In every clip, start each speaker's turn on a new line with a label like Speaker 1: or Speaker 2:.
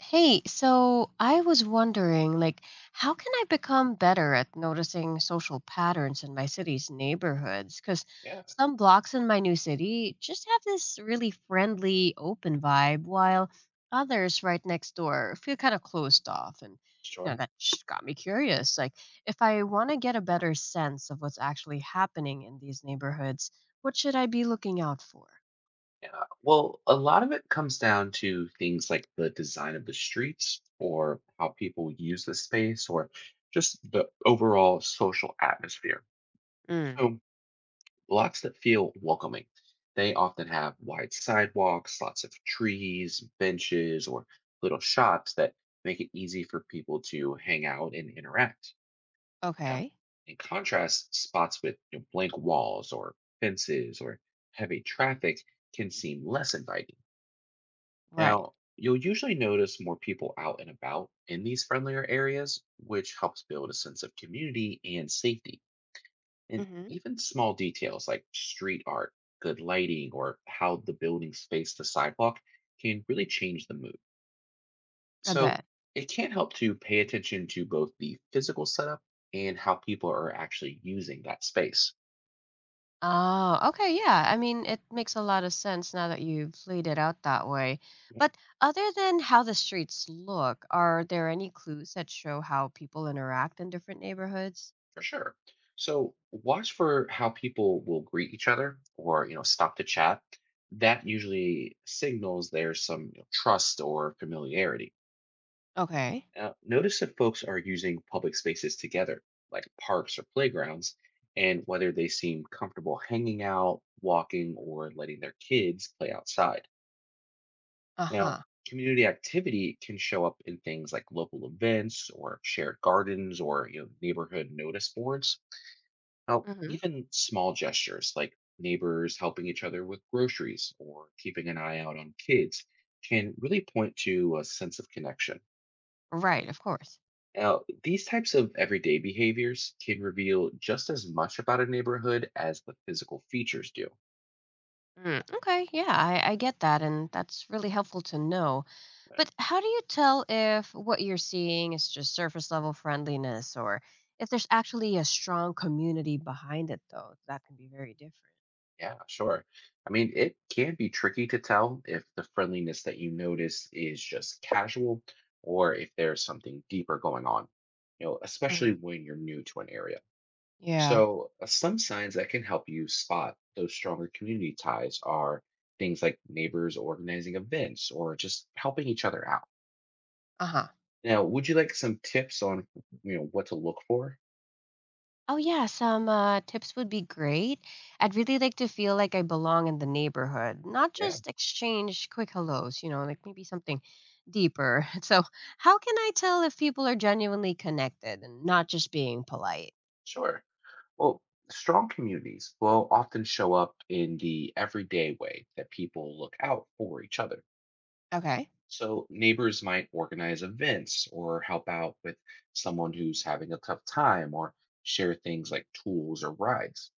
Speaker 1: Hey, so I was wondering, like, how can I become better at noticing social patterns in my city's neighborhoods? Because
Speaker 2: Yeah,
Speaker 1: some blocks in my new city just have this really friendly, open vibe, while others right next door feel kind of closed off.
Speaker 2: sure.
Speaker 1: That just got me curious. Like, if I want to get a better sense of what's actually happening in these neighborhoods, what should I be looking out for?
Speaker 2: Yeah. Well, a lot of it comes down to things like the design of the streets or how people use the space or just the overall social atmosphere.
Speaker 1: Mm,
Speaker 2: So, blocks that feel welcoming, they often have wide sidewalks, lots of trees, benches, or little shops that make it easy for people to hang out and interact. Yeah.
Speaker 1: okay.
Speaker 2: In contrast, spots with blank walls or fences or heavy traffic can seem less inviting.
Speaker 1: Right.
Speaker 2: Now, you'll usually notice more people out and about in these friendlier areas, which helps build a sense of community and safety. And
Speaker 1: Hmm.
Speaker 2: even small details like street art, good lighting, or how the buildings face the sidewalk can really change the mood.
Speaker 1: I
Speaker 2: So
Speaker 1: bet.
Speaker 2: it can help to pay attention to both the physical setup and how people are actually using that space.
Speaker 1: Oh, okay, yeah. I mean, it makes a lot of sense now that you've laid it out that way.
Speaker 2: Yeah,
Speaker 1: But other than how the streets look, are there any clues that show how people interact in different neighborhoods?
Speaker 2: for sure. So watch for how people will greet each other or, you know, stop to chat. That usually signals there's some trust or familiarity.
Speaker 1: Okay.
Speaker 2: Now, notice if folks are using public spaces together, like parks or playgrounds, and whether they seem comfortable hanging out, walking, or letting their kids play outside.
Speaker 1: Uh-huh.
Speaker 2: Now, community activity can show up in things like local events or shared gardens or neighborhood notice boards. Now,
Speaker 1: Mm-hmm.
Speaker 2: even small gestures like neighbors helping each other with groceries or keeping an eye out on kids can really point to a sense of connection.
Speaker 1: Right, of course.
Speaker 2: Now, these types of everyday behaviors can reveal just as much about a neighborhood as the physical features do.
Speaker 1: Mm, okay, yeah, I get that, and that's really helpful to know.
Speaker 2: Uh,
Speaker 1: But how do you tell if what you're seeing is just surface level friendliness or if there's actually a strong community behind it, though? That can be very different.
Speaker 2: Yeah, sure. I mean, it can be tricky to tell if the friendliness that you notice is just casual or if there's something deeper going on, you know,
Speaker 1: Hmm.
Speaker 2: especially when you're new to an area.
Speaker 1: Yeah.
Speaker 2: So, some signs that can help you spot those stronger community ties are things like neighbors organizing events or just helping each other out.
Speaker 1: Uh-huh.
Speaker 2: Now, would you like some tips on, you know, what to look for?
Speaker 1: Oh yeah, some tips would be great. I'd really like to feel like I belong in the neighborhood, not
Speaker 2: Yeah,
Speaker 1: just exchange quick hellos, you know, like maybe something deeper. So, how can I tell if people are genuinely connected and not just being polite?
Speaker 2: sure. Well, strong communities will often show up in the everyday way that people look out for each other.
Speaker 1: Okay.
Speaker 2: So, neighbors might organize events or help out with someone who's having a tough time or share things like tools or rides.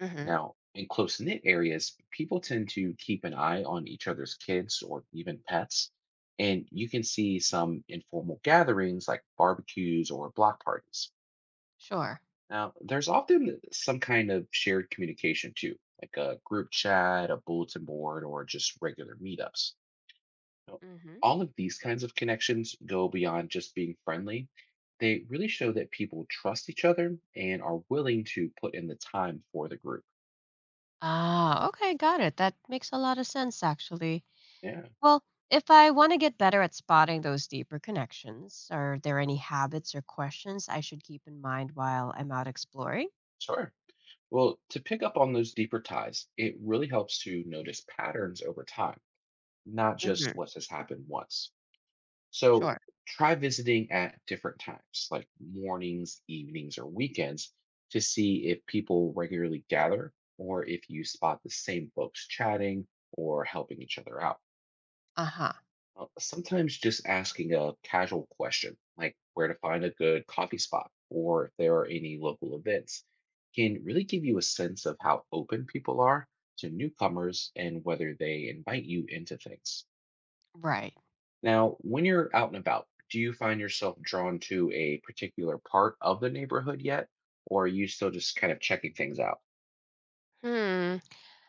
Speaker 1: Mm-hmm.
Speaker 2: Now, in close knit areas, people tend to keep an eye on each other's kids or even pets, and you can see some informal gatherings like barbecues or block parties.
Speaker 1: Sure.
Speaker 2: Now, there's often some kind of shared communication too, like a group chat, a bulletin board, or just regular meetups. Now,
Speaker 1: Hmm.
Speaker 2: all of these kinds of connections go beyond just being friendly. They really show that people trust each other and are willing to put in the time for the group.
Speaker 1: Ah, okay, got it. That makes a lot of sense, actually.
Speaker 2: Yeah,
Speaker 1: Well, if I want to get better at spotting those deeper connections, are there any habits or questions I should keep in mind while I'm out exploring?
Speaker 2: sure. Well, to pick up on those deeper ties, it really helps to notice patterns over time, not just
Speaker 1: Mhm.
Speaker 2: what has happened once. So
Speaker 1: Sure.
Speaker 2: try visiting at different times, like mornings, evenings, or weekends, to see if people regularly gather or if you spot the same folks chatting or helping each other out.
Speaker 1: Uh-huh.
Speaker 2: Sometimes just asking a casual question, like where to find a good coffee spot or if there are any local events, can really give you a sense of how open people are to newcomers and whether they invite you into things.
Speaker 1: Right.
Speaker 2: Now, when you're out and about, do you find yourself drawn to a particular part of the neighborhood yet? Or are you still just kind of checking things out?
Speaker 1: Hmm.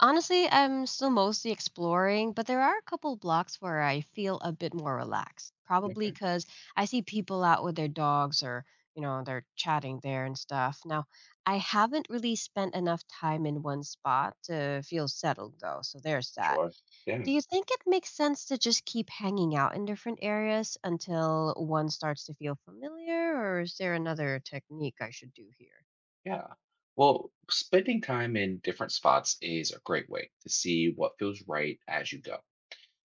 Speaker 1: Honestly, I'm still mostly exploring, but there are a couple blocks where I feel a bit more relaxed. Probably
Speaker 2: Okay,
Speaker 1: because I see people out with their dogs or, you know, they're chatting there and stuff. Now, I haven't really spent enough time in one spot to feel settled, though, so there's that.
Speaker 2: sure. Yeah.
Speaker 1: Do you think it makes sense to just keep hanging out in different areas until one starts to feel familiar, or is there another technique I should do here?
Speaker 2: Yeah. Well, spending time in different spots is a great way to see what feels right as you go.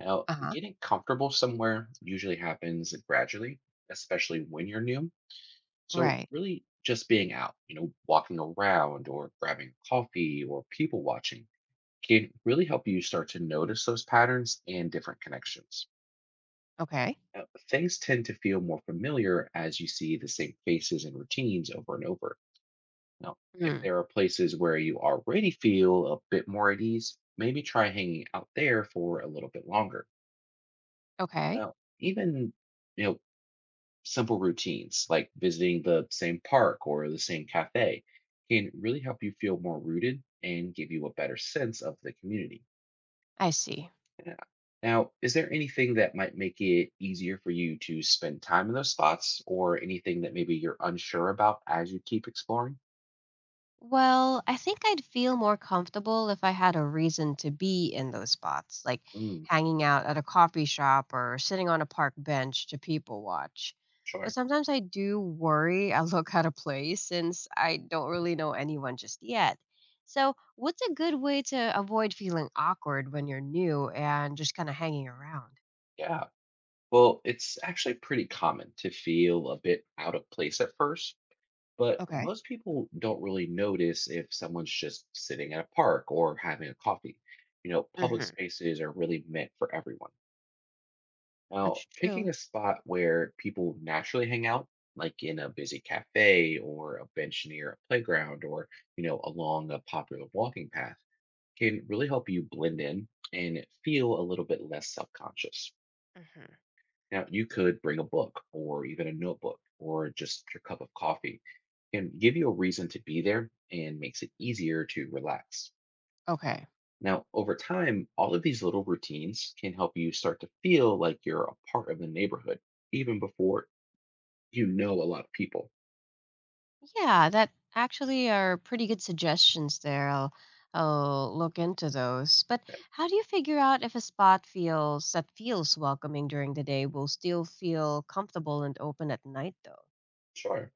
Speaker 2: Now,
Speaker 1: Uh-huh.
Speaker 2: getting comfortable somewhere usually happens gradually, especially when you're new. So,
Speaker 1: Right.
Speaker 2: really, just being out, you know, walking around or grabbing coffee or people watching can really help you start to notice those patterns and different connections.
Speaker 1: Okay.
Speaker 2: Now, things tend to feel more familiar as you see the same faces and routines over and over. Now, if
Speaker 1: Mm.
Speaker 2: there are places where you already feel a bit more at ease, maybe try hanging out there for a little bit longer.
Speaker 1: Okay.
Speaker 2: Now, even you know, simple routines like visiting the same park or the same cafe can really help you feel more rooted and give you a better sense of the community.
Speaker 1: I see.
Speaker 2: Yeah. Now, is there anything that might make it easier for you to spend time in those spots or anything that maybe you're unsure about as you keep exploring?
Speaker 1: Well, I think I'd feel more comfortable if I had a reason to be in those spots, like
Speaker 2: Mm,
Speaker 1: hanging out at a coffee shop or sitting on a park bench to people watch. But
Speaker 2: sure.
Speaker 1: sometimes I do worry I look out of place since I don't really know anyone just yet. So, what's a good way to avoid feeling awkward when you're new and just kind of hanging around?
Speaker 2: Yeah. Well, it's actually pretty common to feel a bit out of place at first, but
Speaker 1: Okay.
Speaker 2: most people don't really notice if someone's just sitting at a park or having a coffee. You know, public
Speaker 1: Mm-hmm.
Speaker 2: spaces are really meant for everyone. Now,
Speaker 1: That's true.
Speaker 2: picking a spot where people naturally hang out, like in a busy cafe or a bench near a playground or, you know, along a popular walking path, can really help you blend in and feel a little bit less self conscious.
Speaker 1: Mm-hmm.
Speaker 2: Now, you could bring a book or even a notebook or just your cup of coffee and give you a reason to be there and makes it easier to relax.
Speaker 1: Okay.
Speaker 2: Now, over time, all of these little routines can help you start to feel like you're a part of the neighborhood, even before you know a lot of people.
Speaker 1: Yeah, that actually are pretty good suggestions there. I'll look into those. But
Speaker 2: Yeah,
Speaker 1: how do you figure out if a spot feels that feels welcoming during the day will still feel comfortable and open at night though?
Speaker 2: sure.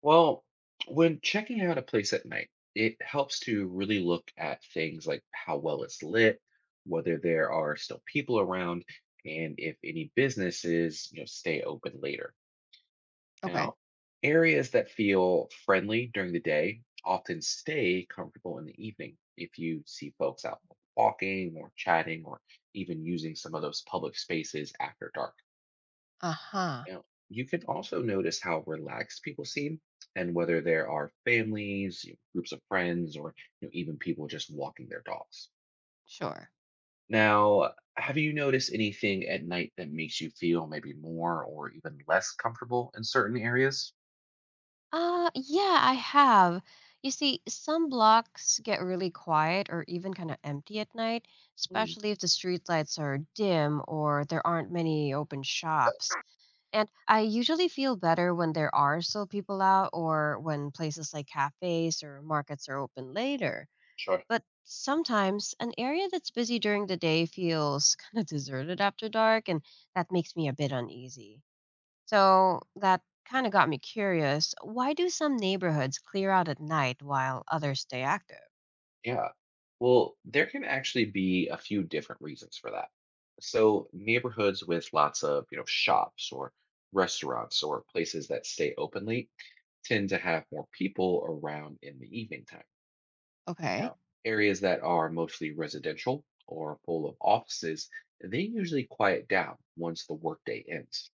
Speaker 2: Well, when checking out a place at night, it helps to really look at things like how well it's lit, whether there are still people around, and if any businesses, you know, stay open later.
Speaker 1: Okay.
Speaker 2: Now, areas that feel friendly during the day often stay comfortable in the evening if you see folks out walking or chatting or even using some of those public spaces after dark.
Speaker 1: Uh huh.
Speaker 2: Now, you can also notice how relaxed people seem and whether there are families, you know, groups of friends, or even people just walking their dogs.
Speaker 1: Sure.
Speaker 2: Now, have you noticed anything at night that makes you feel maybe more or even less comfortable in certain areas?
Speaker 1: Yeah, I have. You see, some blocks get really quiet or even kind of empty at night,
Speaker 2: Mm,
Speaker 1: especially if the streetlights are dim or there aren't many open shops. And I usually feel better when there are still people out or when places like cafes or markets are open later.
Speaker 2: sure.
Speaker 1: But sometimes an area that's busy during the day feels kind of deserted after dark, and that makes me a bit uneasy. So that kind of got me curious. Why do some neighborhoods clear out at night while others stay active?
Speaker 2: Yeah. Well, there can actually be a few different reasons for that. So, neighborhoods with lots of, you know, shops or restaurants or places that stay openly tend to have more people around in the evening time.
Speaker 1: Okay.
Speaker 2: Now, areas that are mostly residential or full of offices, they usually quiet down once the workday ends.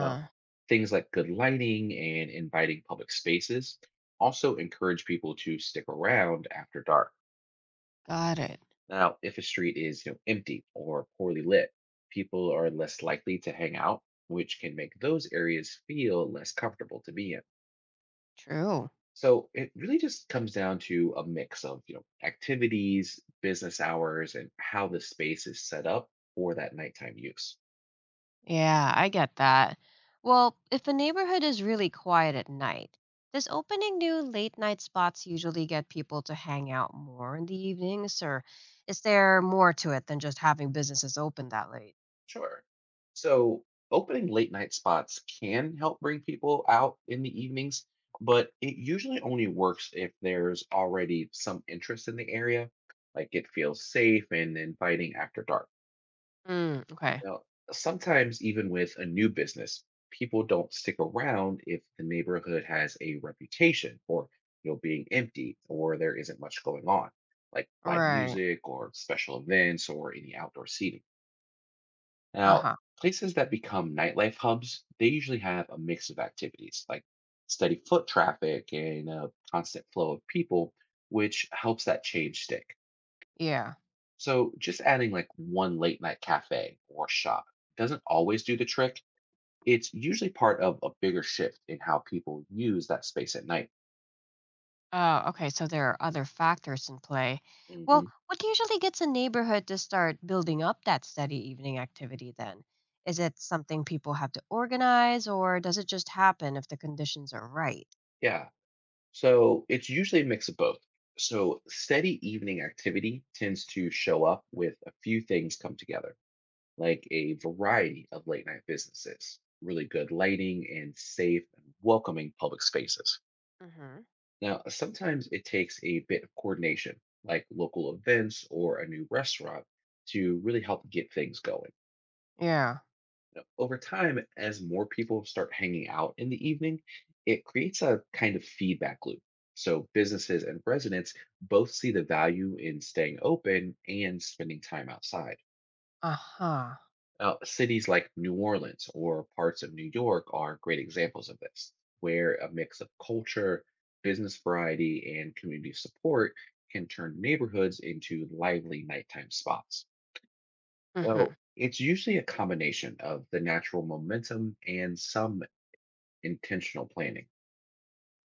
Speaker 2: Now, things like good lighting and inviting public spaces also encourage people to stick around after dark.
Speaker 1: got it.
Speaker 2: Now, if a street is empty or poorly lit, people are less likely to hang out, which can make those areas feel less comfortable to be in.
Speaker 1: True.
Speaker 2: So it really just comes down to a mix of activities, business hours, and how the space is set up for that nighttime use.
Speaker 1: Yeah, I get that. Well, if the neighborhood is really quiet at night, does opening new late night spots usually get people to hang out more in the evenings, or is there more to it than just having businesses open that late?
Speaker 2: Sure. So, opening late night spots can help bring people out in the evenings, but it usually only works if there's already some interest in the area, like it feels safe and inviting after dark.
Speaker 1: Mm, okay.
Speaker 2: Now, sometimes, even with a new business, people don't stick around if the neighborhood has a reputation for being empty or there isn't much going on like live
Speaker 1: Right.
Speaker 2: music or special events or any outdoor seating. Now,
Speaker 1: Uh-huh.
Speaker 2: places that become nightlife hubs, they usually have a mix of activities like steady foot traffic and a constant flow of people, which helps that change stick.
Speaker 1: Yeah.
Speaker 2: So, just adding like one late night cafe or shop doesn't always do the trick. It's usually part of a bigger shift in how people use that space at night.
Speaker 1: Oh, okay. So there are other factors in play. Well,
Speaker 2: Hmm.
Speaker 1: what usually gets a neighborhood to start building up that steady evening activity then? Is it something people have to organize, or does it just happen if the conditions are right?
Speaker 2: Yeah. So, it's usually a mix of both. So, steady evening activity tends to show up with a few things come together, like a variety of late night businesses, really good lighting, and safe and welcoming public spaces.
Speaker 1: Mm-hmm.
Speaker 2: Now, sometimes it takes a bit of coordination, like local events or a new restaurant, to really help get things going.
Speaker 1: Yeah.
Speaker 2: Now, over time, as more people start hanging out in the evening, it creates a kind of feedback loop. So businesses and residents both see the value in staying open and spending time outside.
Speaker 1: Uh-huh.
Speaker 2: Cities like New Orleans or parts of New York are great examples of this, where a mix of culture, business variety, and community support can turn neighborhoods into lively nighttime spots.
Speaker 1: Mm-hmm.
Speaker 2: So it's usually a combination of the natural momentum and some intentional planning.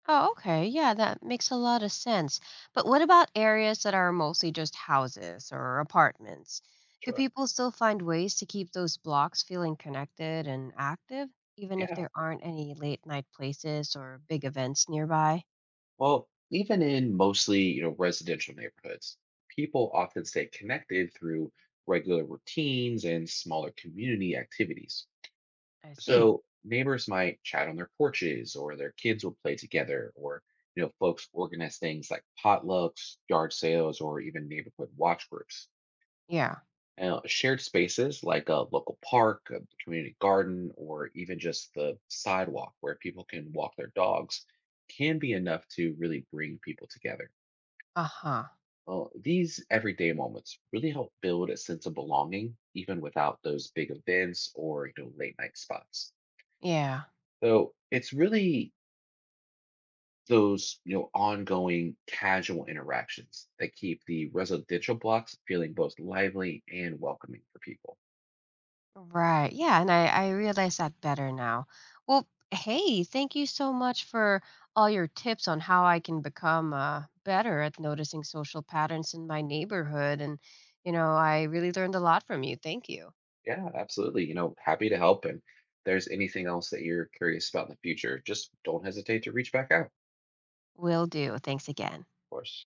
Speaker 1: Oh, okay. Yeah, that makes a lot of sense. But what about areas that are mostly just houses or apartments? Do
Speaker 2: Sure.
Speaker 1: people still find ways to keep those blocks feeling connected and active, even if
Speaker 2: Yeah.
Speaker 1: there aren't any late night places or big events nearby?
Speaker 2: Well, even in mostly, you know, residential neighborhoods, people often stay connected through regular routines and smaller community activities.
Speaker 1: I see.
Speaker 2: So neighbors might chat on their porches, or their kids will play together, or folks organize things like potlucks, yard sales, or even neighborhood watch groups.
Speaker 1: Yeah.
Speaker 2: Now, shared spaces like a local park, a community garden, or even just the sidewalk where people can walk their dogs can be enough to really bring people together.
Speaker 1: Uh-huh.
Speaker 2: Well, these everyday moments really help build a sense of belonging, even without those big events or late night spots.
Speaker 1: Yeah.
Speaker 2: So it's really those ongoing casual interactions that keep the residential blocks feeling both lively and welcoming for people.
Speaker 1: Right. Yeah. And I realize that better now. Well, hey, thank you so much for all your tips on how I can become better at noticing social patterns in my neighborhood. And, you know, I really learned a lot from you. Thank you.
Speaker 2: Yeah, absolutely. You know, happy to help, and if there's anything else that you're curious about in the future, just don't hesitate to reach back out. Of
Speaker 1: Will do. Thanks again.
Speaker 2: course.